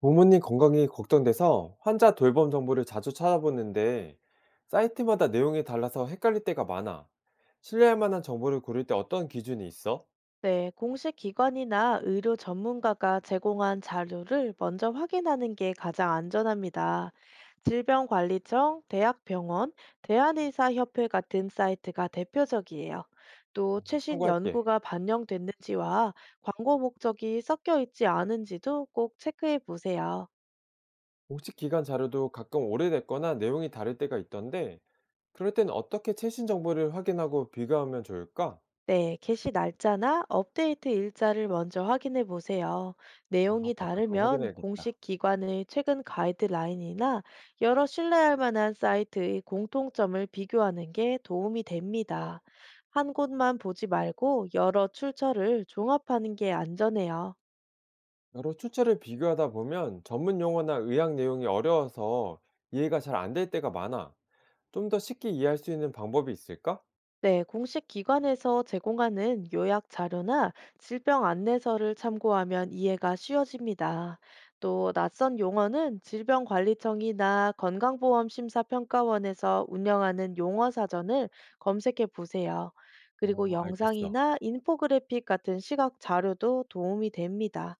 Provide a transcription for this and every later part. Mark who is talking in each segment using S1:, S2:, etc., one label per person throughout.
S1: 부모님 건강이 걱정돼서 환자 돌봄 정보를 자주 찾아보는데 사이트마다 내용이 달라서 헷갈릴 때가 많아. 신뢰할 만한 정보를 고를 때 어떤 기준이 있어?
S2: 네, 공식 기관이나 의료 전문가가 제공한 자료를 먼저 확인하는 게 가장 안전합니다. 질병관리청, 대학병원, 대한의사협회 같은 사이트가 대표적이에요. 또 최신
S1: 참고할게.
S2: 연구가 반영됐는지와 광고 목적이 섞여 있지 않은지도 꼭 체크해 보세요.
S1: 공식 기관 자료도 가끔 오래됐거나 내용이 다를 때가 있던데 그럴 땐 어떻게 최신 정보를 확인하고 비교하면 좋을까?
S2: 네, 게시 날짜나 업데이트 일자를 먼저 확인해 보세요.
S1: 아,
S2: 내용이
S1: 맞아. 그거
S2: 다르면
S1: 확인해야겠다.
S2: 공식 기관의 최근 가이드라인이나 여러 신뢰할 만한 사이트의 공통점을 비교하는 게 도움이 됩니다. 한 곳만 보지 말고 여러 출처를 종합하는 게 안전해요.
S1: 여러 출처를 비교하다 보면 전문 용어나 의학 내용이 어려워서 이해가 잘 안 될 때가 많아. 좀 더 쉽게 이해할 수 있는 방법이 있을까?
S2: 네, 공식 기관에서 제공하는 요약 자료나 질병 안내서를 참고하면 이해가 쉬워집니다. 또 낯선 용어는 질병관리청이나 건강보험심사평가원에서 운영하는 용어 사전을 검색해 보세요. 그리고
S1: 어, 알겠어.
S2: 영상이나 인포그래픽 같은 시각 자료도 도움이 됩니다.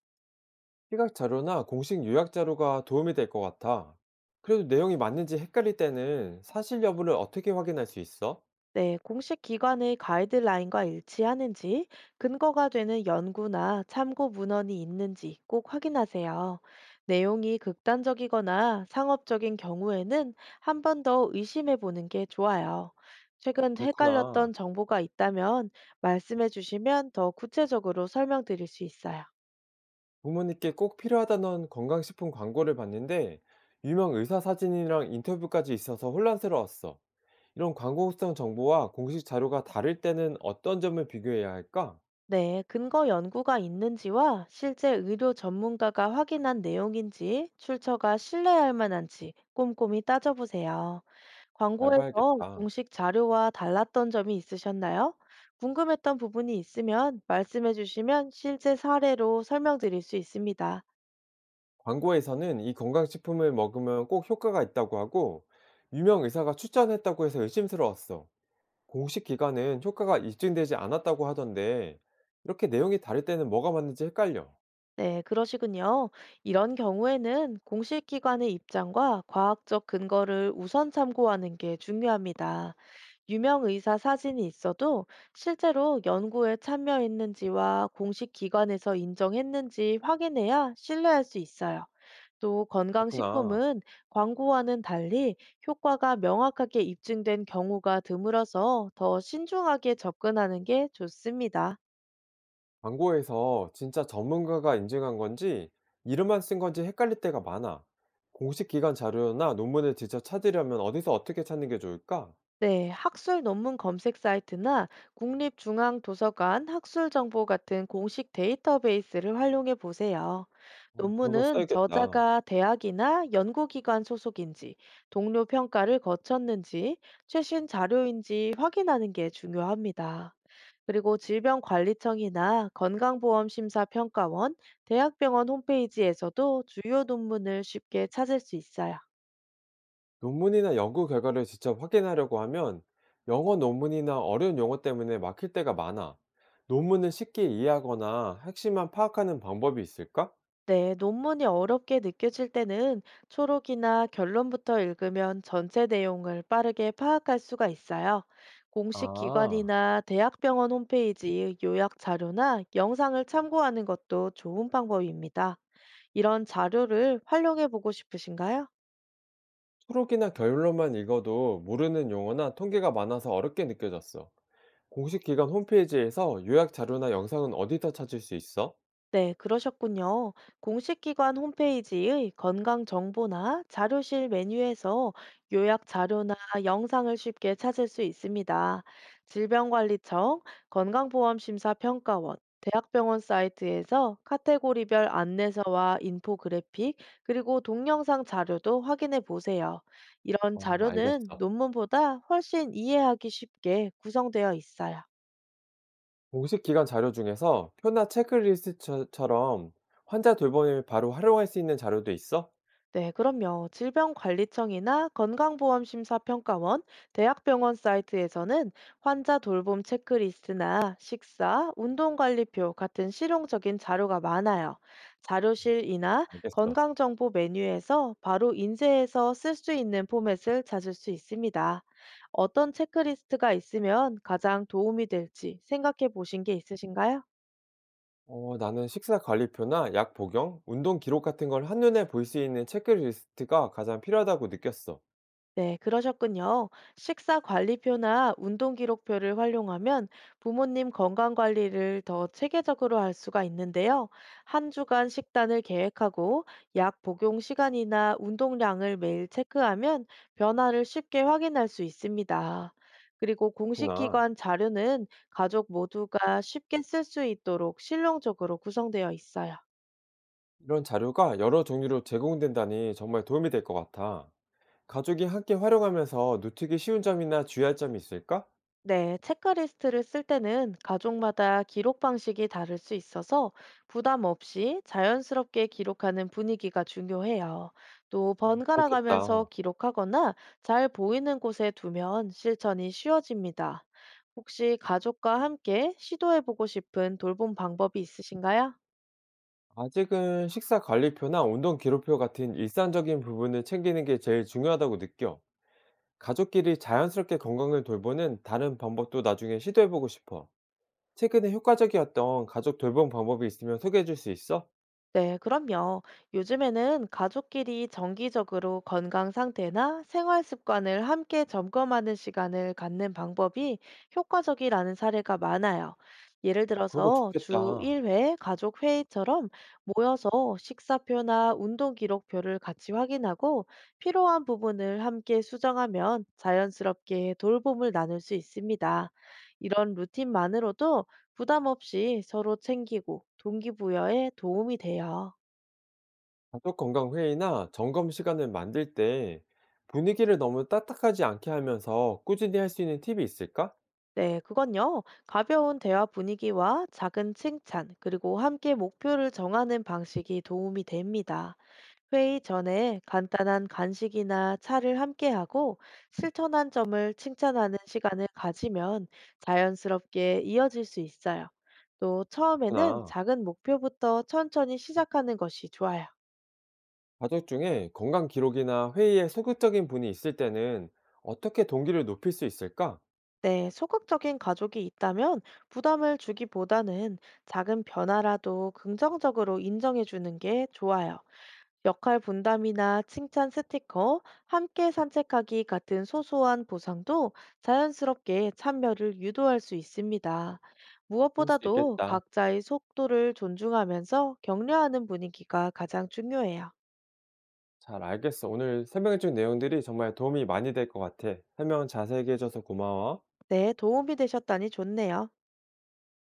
S1: 시각 자료나 공식 요약 자료가 도움이 될 것 같아. 그래도 내용이 맞는지 헷갈릴 때는 사실 여부를 어떻게 확인할 수 있어?
S2: 네, 공식 기관의 가이드라인과 일치하는지, 근거가 되는 연구나 참고 문헌이 있는지 꼭 확인하세요. 내용이 극단적이거나 상업적인 경우에는 한 번 더 의심해 보는 게 좋아요. 최근
S1: 그렇구나.
S2: 헷갈렸던 정보가 있다면 말씀해 주시면 더 구체적으로 설명드릴 수 있어요.
S1: 부모님께 꼭 필요하다는 건강식품 광고를 봤는데 유명 의사 사진이랑 인터뷰까지 있어서 혼란스러웠어. 이런 광고성 정보와 공식 자료가 다를 때는 어떤 점을 비교해야 할까?
S2: 네, 근거 연구가 있는지와 실제 의료 전문가가 확인한 내용인지 출처가 신뢰할 만한지 꼼꼼히 따져보세요.
S1: 잘
S2: 광고에서
S1: 봐야겠다.
S2: 공식 자료와 달랐던 점이 있으셨나요? 궁금했던 부분이 있으면 말씀해 주시면 실제 사례로 설명드릴 수 있습니다.
S1: 광고에서는 이 건강식품을 먹으면 꼭 효과가 있다고 하고 유명 의사가 추천했다고 해서 의심스러웠어. 공식 기관은 효과가 입증되지 않았다고 하던데, 이렇게 내용이 다를 때는 뭐가 맞는지 헷갈려.
S2: 네, 그러시군요. 이런 경우에는 공식 기관의 입장과 과학적 근거를 우선 참고하는 게 중요합니다. 유명 의사 사진이 있어도 실제로 연구에 참여했는지와 공식 기관에서 인정했는지 확인해야 신뢰할 수 있어요. 또
S1: 그렇구나.
S2: 건강식품은 광고와는 달리 효과가 명확하게 입증된 경우가 드물어서 더 신중하게 접근하는 게 좋습니다.
S1: 광고에서 진짜 전문가가 인증한 건지, 이름만 쓴 건지 헷갈릴 때가 많아. 공식 기관 자료나 논문을 직접 찾으려면 어디서 어떻게 찾는 게 좋을까?
S2: 네, 학술 논문 검색 사이트나 국립중앙도서관 학술정보 같은 공식 데이터베이스를 활용해 보세요.
S1: 어, 그런 걸
S2: 논문은
S1: 써야겠다.
S2: 저자가 대학이나 연구기관 소속인지, 동료 평가를 거쳤는지, 최신 자료인지 확인하는 게 중요합니다. 그리고 질병관리청이나 건강보험심사평가원, 대학병원 홈페이지에서도 주요 논문을 쉽게 찾을 수 있어요.
S1: 논문이나 연구 결과를 직접 확인하려고 하면 영어 논문이나 어려운 용어 때문에 막힐 때가 많아. 논문을 쉽게 이해하거나 핵심만 파악하는 방법이 있을까?
S2: 네, 논문이 어렵게 느껴질 때는 초록이나 결론부터 읽으면 전체 내용을 빠르게 파악할 수가 있어요. 공식
S1: 아,
S2: 기관이나 대학병원 홈페이지의 요약 자료나 영상을 참고하는 것도 좋은 방법입니다. 이런 자료를 활용해 보고 싶으신가요?
S1: 초록이나 결론만 읽어도 모르는 용어나 통계가 많아서 어렵게 느껴졌어. 공식 기관 홈페이지에서 요약 자료나 영상은 어디서 찾을 수 있어?
S2: 네, 그러셨군요. 공식 기관 홈페이지의 건강 정보나 자료실 메뉴에서 요약 자료나 영상을 쉽게 찾을 수 있습니다. 질병관리청, 건강보험심사평가원, 대학병원 사이트에서 카테고리별 안내서와 인포그래픽, 그리고 동영상 자료도 확인해 보세요. 이런
S1: 어,
S2: 자료는
S1: 알겠어.
S2: 논문보다 훨씬 이해하기 쉽게 구성되어 있어요.
S1: 공식 기관 자료 중에서 표나 체크리스트처럼 환자 돌봄에 바로 활용할 수 있는 자료도 있어?
S2: 네, 그럼요. 질병관리청이나 건강보험심사평가원, 대학병원 사이트에서는 환자 돌봄 체크리스트나 식사, 운동관리표 같은 실용적인 자료가 많아요. 자료실이나
S1: 알겠어.
S2: 건강정보 메뉴에서 바로 인쇄해서 쓸 수 있는 포맷을 찾을 수 있습니다. 어떤 체크리스트가 있으면 가장 도움이 될지 생각해 보신 게 있으신가요?
S1: 어, 나는 식사 관리표나 약 복용, 운동 기록 같은 걸 한눈에 볼 수 있는 체크리스트가 가장 필요하다고 느꼈어.
S2: 네, 그러셨군요. 식사 관리표나 운동 기록표를 활용하면 부모님 건강 관리를 더 체계적으로 할 수가 있는데요. 한 주간 식단을 계획하고 약 복용 시간이나 운동량을 매일 체크하면 변화를 쉽게 확인할 수 있습니다. 그리고 공식
S1: 구나.
S2: 기관 자료는 가족 모두가 쉽게 쓸 수 있도록 실용적으로 구성되어 있어요.
S1: 이런 자료가 여러 종류로 제공된다니 정말 도움이 될 것 같아. 가족이 함께 활용하면서 놓치기 쉬운 점이나 주의할 점이 있을까?
S2: 네, 체크리스트를 쓸 때는 가족마다 기록 방식이 다를 수 있어서 부담 없이 자연스럽게 기록하는 분위기가 중요해요. 또 번갈아 가면서
S1: 그렇겠다.
S2: 기록하거나 잘 보이는 곳에 두면 실천이 쉬워집니다. 혹시 가족과 함께 시도해보고 싶은 돌봄 방법이 있으신가요?
S1: 아직은 식사 관리표나 운동 기록표 같은 일상적인 부분을 챙기는 게 제일 중요하다고 느껴. 가족끼리 자연스럽게 건강을 돌보는 다른 방법도 나중에 시도해보고 싶어. 최근에 효과적이었던 가족 돌봄 방법이 있으면 소개해줄 수 있어?
S2: 네, 그럼요. 요즘에는 가족끼리 정기적으로 건강 상태나 생활 습관을 함께 점검하는 시간을 갖는 방법이 효과적이라는 사례가 많아요. 예를
S1: 그런 거
S2: 들어서 주
S1: 좋겠다.
S2: 1회 가족 회의처럼 모여서 식사표나 운동 기록표를 같이 확인하고 필요한 부분을 함께 수정하면 자연스럽게 돌봄을 나눌 수 있습니다. 이런 루틴만으로도 부담 없이 서로 챙기고 동기부여에 도움이 돼요.
S1: 가족 건강 회의나 점검 시간을 만들 때 분위기를 너무 딱딱하지 않게 하면서 꾸준히 할 수 있는 팁이 있을까?
S2: 네, 그건요. 가벼운 대화 분위기와 작은 칭찬, 그리고 함께 목표를 정하는 방식이 도움이 됩니다. 회의 전에 간단한 간식이나 차를 함께하고 실천한 점을 칭찬하는 시간을 가지면 자연스럽게 이어질 수 있어요. 또 처음에는
S1: 그렇구나.
S2: 작은 목표부터 천천히 시작하는 것이 좋아요.
S1: 가족 중에 건강 기록이나 회의에 소극적인 분이 있을 때는 어떻게 동기를 높일 수 있을까?
S2: 네, 소극적인 가족이 있다면 부담을 주기보다는 작은 변화라도 긍정적으로 인정해 주는 게 좋아요. 역할 분담이나 칭찬 스티커, 함께 산책하기 같은 소소한 보상도 자연스럽게 참여를 유도할 수 있습니다.
S1: 그럴 수
S2: 무엇보다도
S1: 있겠다.
S2: 각자의 속도를 존중하면서 격려하는 분위기가 가장 중요해요.
S1: 잘 알겠어. 오늘 설명해준 내용들이 정말 도움이 많이 될 것 같아. 설명 자세히 해줘서 고마워.
S2: 네, 도움이 되셨다니 좋네요.